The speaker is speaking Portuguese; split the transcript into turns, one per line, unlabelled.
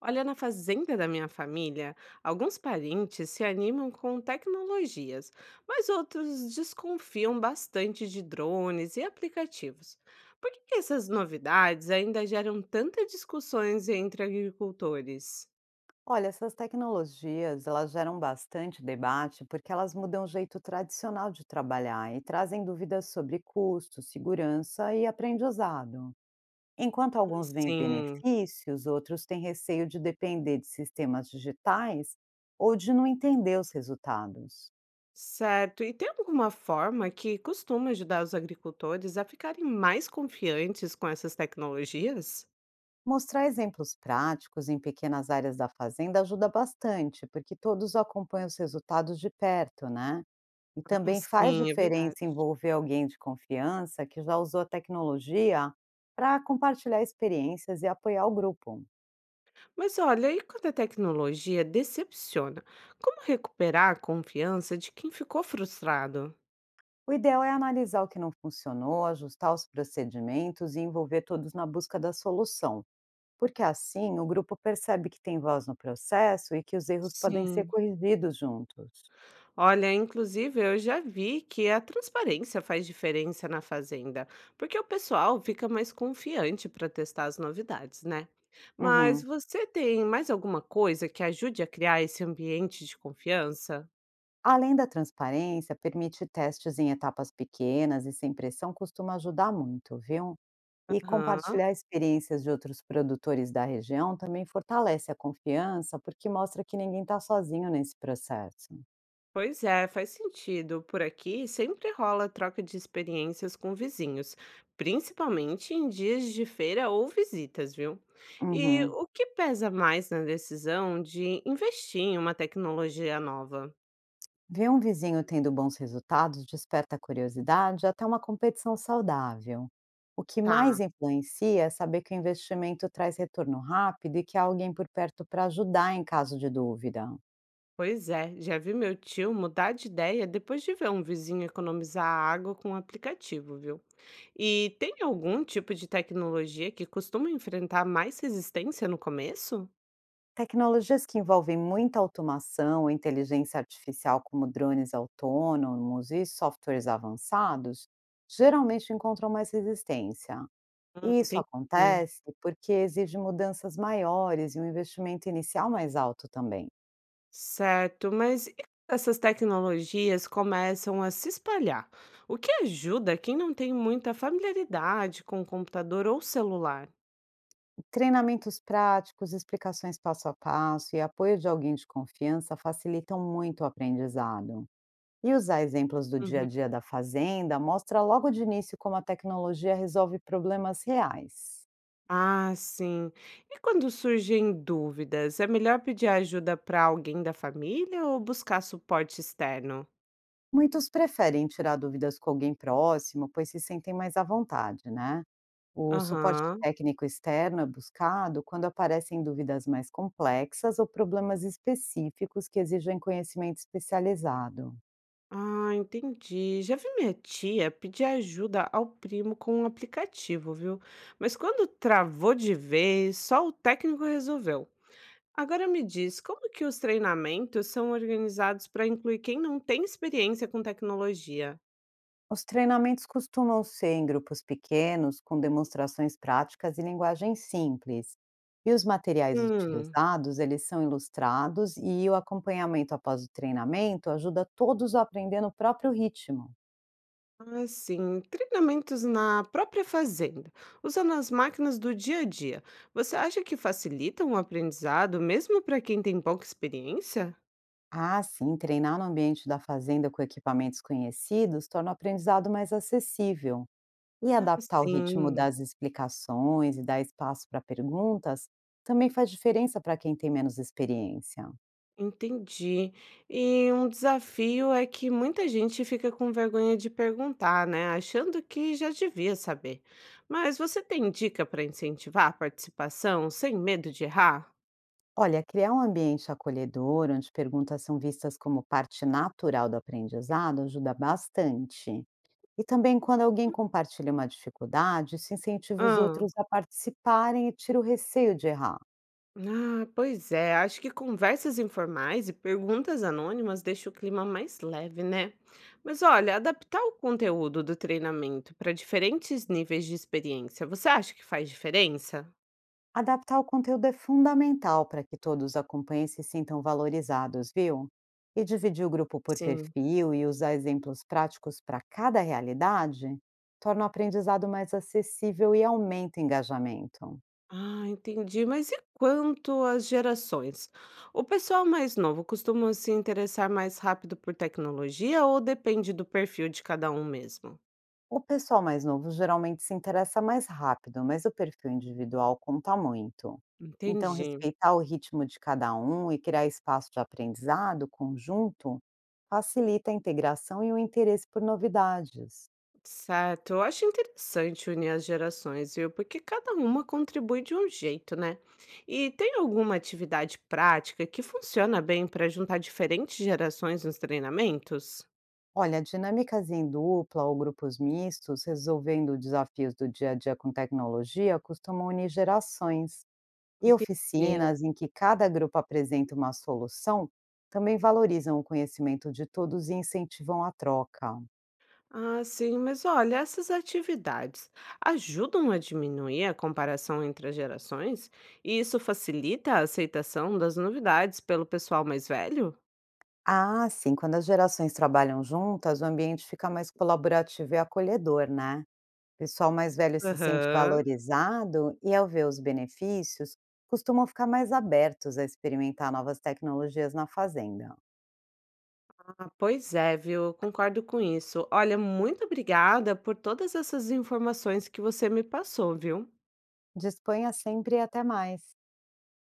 Olha, na fazenda da minha família, alguns parentes se animam com tecnologias, mas outros desconfiam bastante de drones e aplicativos. Por que que essas novidades ainda geram tantas discussões entre agricultores?
Olha, essas tecnologias, elas geram bastante debate porque elas mudam o jeito tradicional de trabalhar e trazem dúvidas sobre custo, segurança e aprendizado. Enquanto alguns veem
Sim,
benefícios, outros têm receio de depender de sistemas digitais ou de não entender os resultados.
certo. E tem alguma forma que costuma ajudar os agricultores a ficarem mais confiantes com essas tecnologias?
Mostrar exemplos práticos em pequenas áreas da fazenda ajuda bastante, porque todos acompanham os resultados de perto, né? E
Ah,
também faz
sim, é verdade.
diferença envolver alguém de confiança que já usou a tecnologia para compartilhar experiências e apoiar o grupo.
Mas olha, e quando a tecnologia decepciona? Como recuperar a confiança de quem ficou frustrado?
O ideal é analisar o que não funcionou, ajustar os procedimentos e envolver todos na busca da solução, porque assim o grupo percebe que tem voz no processo e que os erros podem ser
Sim.
corrigidos juntos.
Olha, inclusive eu já vi que a transparência faz diferença na fazenda, porque o pessoal fica mais confiante para testar as novidades, né? Mas
Uhum.
você tem mais alguma coisa que ajude a criar esse ambiente de confiança?
Além da transparência, permite testes em etapas pequenas e sem pressão costuma ajudar muito, viu? E
Aham.
compartilhar experiências de outros produtores da região também fortalece a confiança, porque mostra que ninguém está sozinho nesse processo.
Pois é, faz sentido. Por aqui sempre rola troca de experiências com vizinhos, principalmente em dias de feira ou visitas, viu? E
Uhum.
o que pesa mais na decisão de investir em uma tecnologia nova?
Ver um vizinho tendo bons resultados desperta curiosidade, até uma competição saudável. O que mais
Tá,
influencia é saber que o investimento traz retorno rápido e que há alguém por perto para ajudar em caso de dúvida.
pois é, já vi meu tio mudar de ideia depois de ver um vizinho economizar água com um aplicativo, viu? E tem algum tipo de tecnologia que costuma enfrentar mais resistência no começo?
Tecnologias que envolvem muita automação, inteligência artificial, como drones autônomos e softwares avançados, geralmente encontram mais resistência. E isso
Entendi.
acontece porque exige mudanças maiores e um investimento inicial mais alto também.
Certo, mas e essas tecnologias começam a se espalhar, o que ajuda quem não tem muita familiaridade com o computador ou celular.
Treinamentos práticos, explicações passo a passo e apoio de alguém de confiança facilitam muito o aprendizado. E usar exemplos do dia a
Uhum.
dia da fazenda mostra logo de início como a tecnologia resolve problemas reais.
Ah, sim. E quando surgem dúvidas, é melhor pedir ajuda para alguém da família ou buscar suporte externo?
Muitos preferem tirar dúvidas com alguém próximo, pois se sentem mais à vontade, né? O suporte
Aham.
técnico externo é buscado quando aparecem dúvidas mais complexas ou problemas específicos que exigem conhecimento especializado.
Ah, entendi. Já vi minha tia pedir ajuda ao primo com um aplicativo, viu? Mas quando travou de vez, só o técnico resolveu. Agora me diz, como que os treinamentos são organizados para incluir quem não tem experiência com tecnologia?
Os treinamentos costumam ser em grupos pequenos, com demonstrações práticas e linguagem simples. E os materiais
Hum,
utilizados, eles são ilustrados e o acompanhamento após o treinamento ajuda todos a aprender no próprio ritmo.
assim, treinamentos na própria fazenda, usando as máquinas do dia a dia. Você acha que facilitam o aprendizado, mesmo para quem tem pouca experiência?
Ah, sim, treinar no ambiente da fazenda com equipamentos conhecidos torna o aprendizado mais acessível. E
Ah,
adaptar o ritmo
sim.
das explicações e dar espaço para perguntas também faz diferença para quem tem menos experiência.
Entendi. E um desafio é que muita gente fica com vergonha de perguntar, né? Achando que já devia saber. Mas você tem dica para incentivar a participação sem medo de errar?
Olha, criar um ambiente acolhedor, onde perguntas são vistas como parte natural do aprendizado, ajuda bastante. E também, quando alguém compartilha uma dificuldade, isso incentiva os
Ah,
outros a participarem e tira o receio de errar.
ah, pois é. Acho que conversas informais e perguntas anônimas deixam o clima mais leve, né? Mas olha, adaptar o conteúdo do treinamento para diferentes níveis de experiência, você acha que faz diferença?
Adaptar o conteúdo é fundamental para que todos acompanhem e se sintam valorizados, viu? E dividir o grupo por
Sim.
perfil e usar exemplos práticos para cada realidade torna o aprendizado mais acessível e aumenta o engajamento.
Ah, entendi. Mas e quanto às gerações? O pessoal mais novo costuma se interessar mais rápido por tecnologia ou depende do perfil de cada um mesmo?
O pessoal mais novo geralmente se interessa mais rápido, mas o perfil individual conta muito. Então,
Entendi.
respeitar o ritmo de cada um e criar espaço de aprendizado conjunto facilita a integração e o interesse por novidades.
Certo. Eu acho interessante unir as gerações, viu? Porque cada uma contribui de um jeito, né? E tem alguma atividade prática que funciona bem para juntar diferentes gerações nos treinamentos?
Olha, dinâmicas em dupla ou grupos mistos, resolvendo desafios do dia a dia com tecnologia, costumam unir gerações. E
Entendi.
oficinas em que cada grupo apresenta uma solução também valorizam o conhecimento de todos e incentivam a troca.
Ah, sim, mas olha, essas atividades ajudam a diminuir a comparação entre as gerações e isso facilita a aceitação das novidades pelo pessoal mais velho?
Ah, sim, quando as gerações trabalham juntas, o ambiente fica mais colaborativo e acolhedor, né? O pessoal mais velho se sente
Aham.
valorizado e, ao ver os benefícios, costumam ficar mais abertos a experimentar novas tecnologias na fazenda.
Ah, pois é, viu? Concordo com isso. Olha, muito obrigada por todas essas informações que você me passou, viu?
Disponha sempre e até mais.